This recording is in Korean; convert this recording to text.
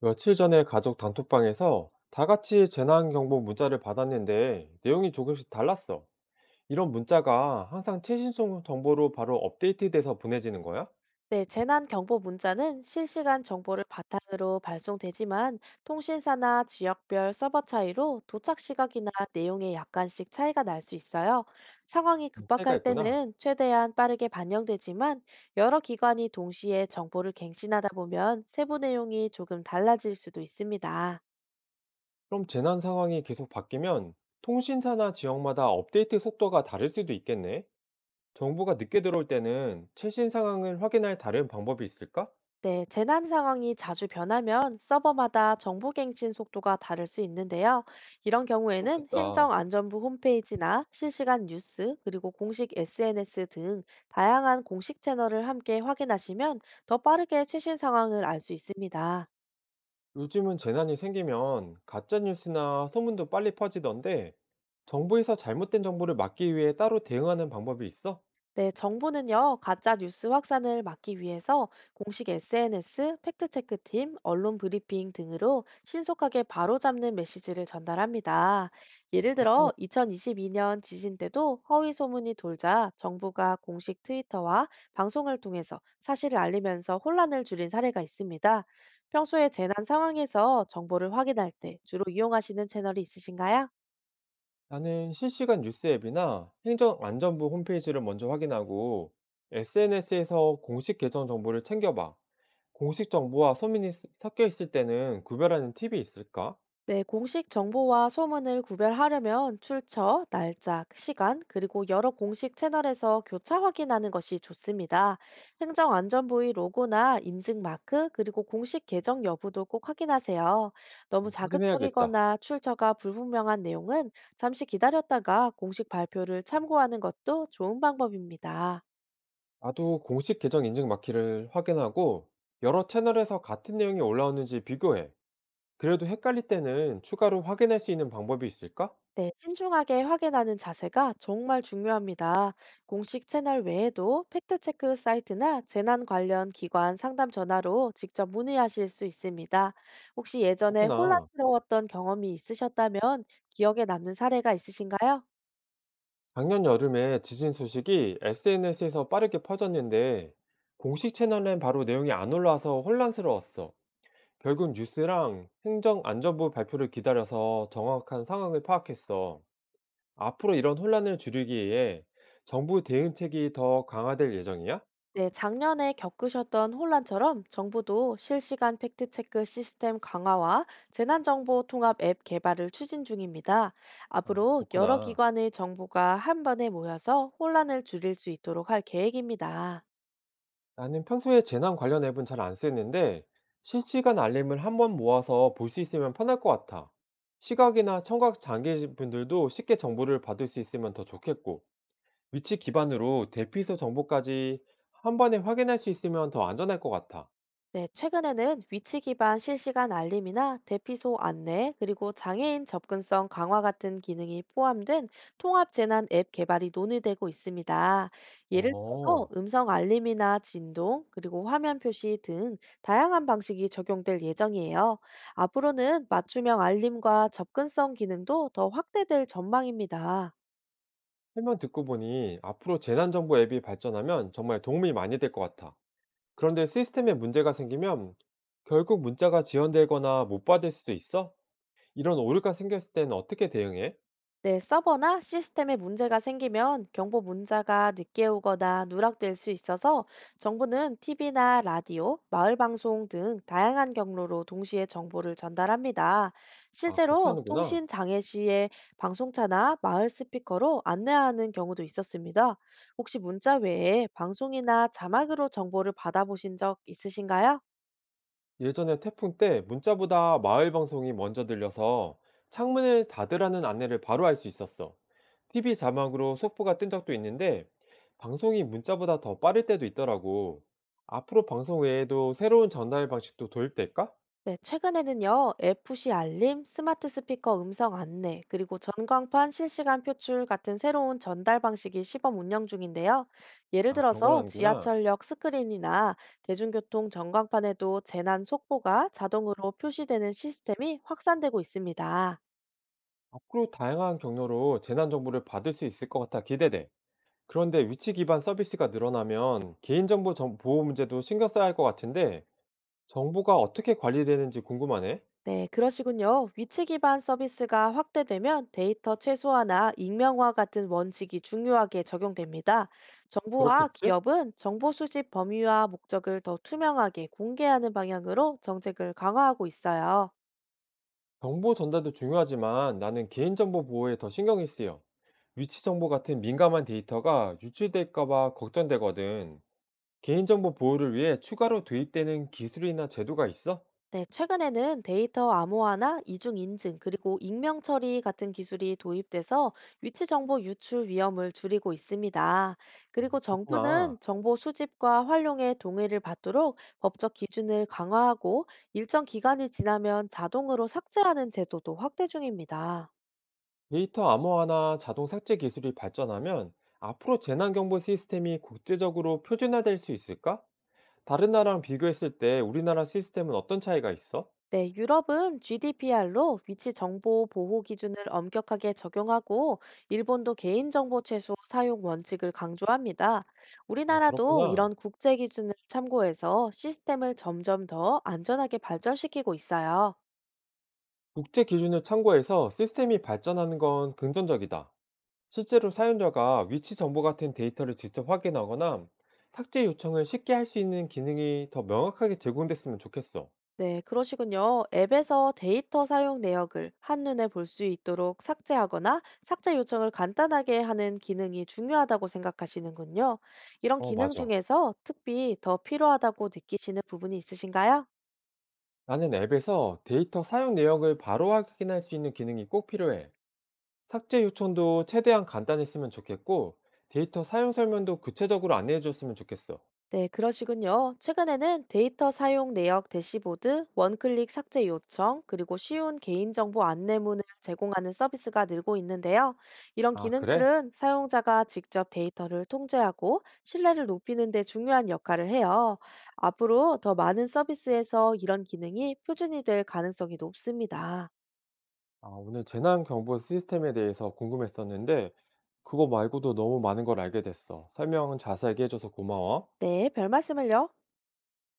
며칠 전에 가족 단톡방에서 다 같이 재난경보 문자를 받았는데 내용이 조금씩 달랐어. 이런 문자가 항상 정보로 바로 업데이트돼서 보내지는 거야? 네, 재난 경보 문자는 실시간 정보를 바탕으로 발송되지만 통신사나 지역별 서버 차이로 도착 시각이나 내용에 약간씩 차이가 날 수 있어요. 상황이 차이가 급박할 있구나. 때는 최대한 빠르게 반영되지만 여러 기관이 동시에 정보를 갱신하다 보면 세부 내용이 조금 달라질 수도 있습니다. 그럼 재난 상황이 계속 바뀌면 통신사나 지역마다 업데이트 속도가 다를 수도 있겠네. 정보가 늦게 들어올 때는 최신 상황을 확인할 다른 방법이 있을까? 네, 재난 상황이 자주 변하면 서버마다 정보갱신 속도가 다를 수 있는데요. 이런 경우에는 그렇겠다. 행정안전부 홈페이지나 실시간 뉴스, 그리고 공식 SNS 등 다양한 공식 채널을 함께 확인하시면 더 빠르게 최신 상황을 알 수 있습니다. 요즘은 재난이 생기면 가짜뉴스나 소문도 빨리 퍼지던데 정부에서 잘못된 정보를 막기 위해 따로 대응하는 방법이 있어? 네, 정부는요, 가짜 뉴스 확산을 막기 위해서 공식 SNS, 팩트체크팀, 언론 브리핑 등으로 신속하게 바로잡는 메시지를 전달합니다. 예를 그렇게 하는 들어, 2022년 지진 때도 허위 소문이 돌자 정부가 공식 트위터와 방송을 통해서 사실을 알리면서 혼란을 줄인 사례가 있습니다. 평소에 재난 상황에서 정보를 확인할 때 주로 이용하시는 채널이 있으신가요? 나는 실시간 뉴스 앱이나 행정안전부 홈페이지를 먼저 확인하고 SNS에서 공식 계정 정보를 챙겨봐. 공식 정보와 소문이 쓰- 섞여 있을 때는 구별하는 팁이 있을까? 네, 공식 정보와 소문을 구별하려면 출처, 날짜, 시간, 그리고 여러 공식 채널에서 교차 확인하는 것이 좋습니다. 행정안전부의 로고나 인증 마크, 그리고 공식 계정 여부도 꼭 확인하세요. 너무 어, 확인해야겠다. 자극적이거나 출처가 불분명한 내용은 잠시 기다렸다가 공식 발표를 참고하는 것도 좋은 방법입니다. 나도 공식 계정 인증 마키를 확인하고 여러 채널에서 같은 내용이 올라오는지 비교해. 그래도 헷갈릴 때는 추가로 확인할 수 있는 방법이 있을까? 네, 신중하게 확인하는 자세가 정말 중요합니다. 공식 채널 외에도 팩트체크 사이트나 재난 관련 기관 상담 전화로 직접 문의하실 수 있습니다. 혹시 예전에 그렇구나. 혼란스러웠던 경험이 있으셨다면 기억에 남는 사례가 있으신가요? 작년 여름에 지진 소식이 SNS에서 빠르게 퍼졌는데 공식 채널엔 바로 내용이 안 올라와서 혼란스러웠어. 결국 뉴스랑 행정안전부 발표를 기다려서 정확한 상황을 파악했어. 앞으로 이런 혼란을 줄이기 위해 정부 대응책이 더 강화될 예정이야? 네, 작년에 겪으셨던 혼란처럼 정부도 실시간 팩트체크 시스템 강화와 재난정보 통합 앱 개발을 추진 중입니다. 아, 앞으로 여러 그렇구나. 기관의 정보가 한 번에 모여서 혼란을 줄일 수 있도록 할 계획입니다. 나는 평소에 재난 관련 앱은 잘 안 쓰는데 실시간 알림을 한번 모아서 볼 수 있으면 편할 것 같아. 시각이나 청각 장애인 분들도 쉽게 정보를 받을 수 있으면 더 좋겠고, 위치 기반으로 대피소 정보까지 한 번에 확인할 수 있으면 더 안전할 것 같아. 네, 최근에는 위치 기반 실시간 알림이나 대피소 안내, 그리고 장애인 접근성 강화 같은 기능이 포함된 통합 재난 앱 개발이 논의되고 있습니다. 예를 들어서 어, 음성 알림이나 진동, 그리고 화면 표시 등 다양한 방식이 적용될 예정이에요. 앞으로는 맞춤형 알림과 접근성 기능도 더 확대될 전망입니다. 설명 듣고 보니 앞으로 재난정보 앱이 발전하면 정말 도움이 많이 될 것 같아. 그런데 시스템에 문제가 생기면 결국 문자가 지연되거나 못 받을 수도 있어? 이런 오류가 생겼을 때는 어떻게 대응해? 네, 서버나 시스템에 문제가 생기면 경보 문자가 늦게 오거나 누락될 수 있어서 정부는 TV나 라디오, 마을 방송 등 다양한 경로로 동시에 정보를 전달합니다. 아, 그렇게 실제로 하는구나. 통신 장애 시에 방송차나 마을 스피커로 안내하는 경우도 있었습니다. 혹시 문자 외에 방송이나 자막으로 정보를 받아보신 적 있으신가요? 예전에 태풍 때 문자보다 마을 방송이 먼저 들려서 창문을 닫으라는 안내를 바로 알 수 있었어. TV 자막으로 속보가 뜬 적도 있는데 방송이 문자보다 더 빠를 때도 있더라고. 앞으로 방송 외에도 새로운 전달 방식도 도입될까? 네, 최근에는요, FC 알림, 스마트 스피커 음성 안내, 그리고 전광판 실시간 표출 같은 새로운 전달 방식이 시범 운영 중인데요. 예를 아, 그런 건 들어서 아니구나. 지하철역 스크린이나 대중교통 전광판에도 재난 속보가 자동으로 표시되는 시스템이 확산되고 있습니다. 앞으로 다양한 경로로 재난 정보를 받을 수 있을 것 같아 기대돼. 그런데 위치 기반 서비스가 늘어나면 보호 문제도 신경 써야 할 것 같은데 정보가 어떻게 관리되는지 궁금하네. 네, 그러시군요. 위치 기반 서비스가 확대되면 데이터 최소화나 익명화 같은 원칙이 중요하게 적용됩니다. 정부와 그렇겠지? 기업은 정보 수집 범위와 목적을 더 투명하게 공개하는 방향으로 정책을 강화하고 있어요. 정보 전달도 중요하지만 나는 개인정보 보호에 더 신경이 쓰여. 위치 정보 같은 민감한 데이터가 유출될까봐 걱정되거든. 개인정보 보호를 위해 추가로 도입되는 기술이나 제도가 있어? 네, 최근에는 데이터 암호화나 이중 인증, 그리고 익명 처리 같은 기술이 도입돼서 위치 정보 유출 위험을 줄이고 있습니다. 그리고 정부는 그렇구나. 정보 수집과 활용에 동의를 받도록 법적 기준을 강화하고 일정 기간이 지나면 자동으로 삭제하는 제도도 확대 중입니다. 데이터 암호화나 자동 삭제 기술이 발전하면 앞으로 재난경보 시스템이 국제적으로 표준화될 수 있을까? 다른 나라랑 비교했을 때 우리나라 시스템은 어떤 차이가 있어? 네, 유럽은 GDPR로 위치 정보 보호 기준을 엄격하게 적용하고, 일본도 개인정보 최소 사용 원칙을 강조합니다. 아, 우리나라도 그렇구나. 이런 국제 기준을 참고해서 시스템을 점점 더 안전하게 발전시키고 있어요. 국제 기준을 참고해서 시스템이 발전하는 건 긍정적이다. 실제로 사용자가 위치 정보 같은 데이터를 직접 확인하거나 삭제 요청을 쉽게 할 수 있는 기능이 더 명확하게 제공됐으면 좋겠어. 네, 그러시군요. 앱에서 데이터 사용 내역을 한눈에 볼 수 있도록 삭제하거나 삭제 요청을 간단하게 하는 기능이 중요하다고 생각하시는군요. 이런 어, 기능 맞아. 중에서 특히 더 필요하다고 느끼시는 부분이 있으신가요? 나는 앱에서 데이터 사용 내역을 바로 확인할 수 있는 기능이 꼭 필요해. 삭제 요청도 최대한 간단했으면 좋겠고, 데이터 사용 설명도 구체적으로 안내해 줬으면 좋겠어. 네, 그러시군요. 최근에는 데이터 사용 내역 대시보드, 원클릭 삭제 요청, 그리고 쉬운 개인정보 안내문을 제공하는 서비스가 늘고 있는데요. 이런 아, 그래? 기능들은 사용자가 직접 데이터를 통제하고 신뢰를 높이는 데 중요한 역할을 해요. 앞으로 더 많은 서비스에서 이런 기능이 표준이 될 가능성이 높습니다. 아, 오늘 재난 경보 시스템에 대해서 궁금했었는데, 그거 말고도 너무 많은 걸 알게 됐어. 설명은 자세하게 해줘서 고마워. 네, 별 말씀을요.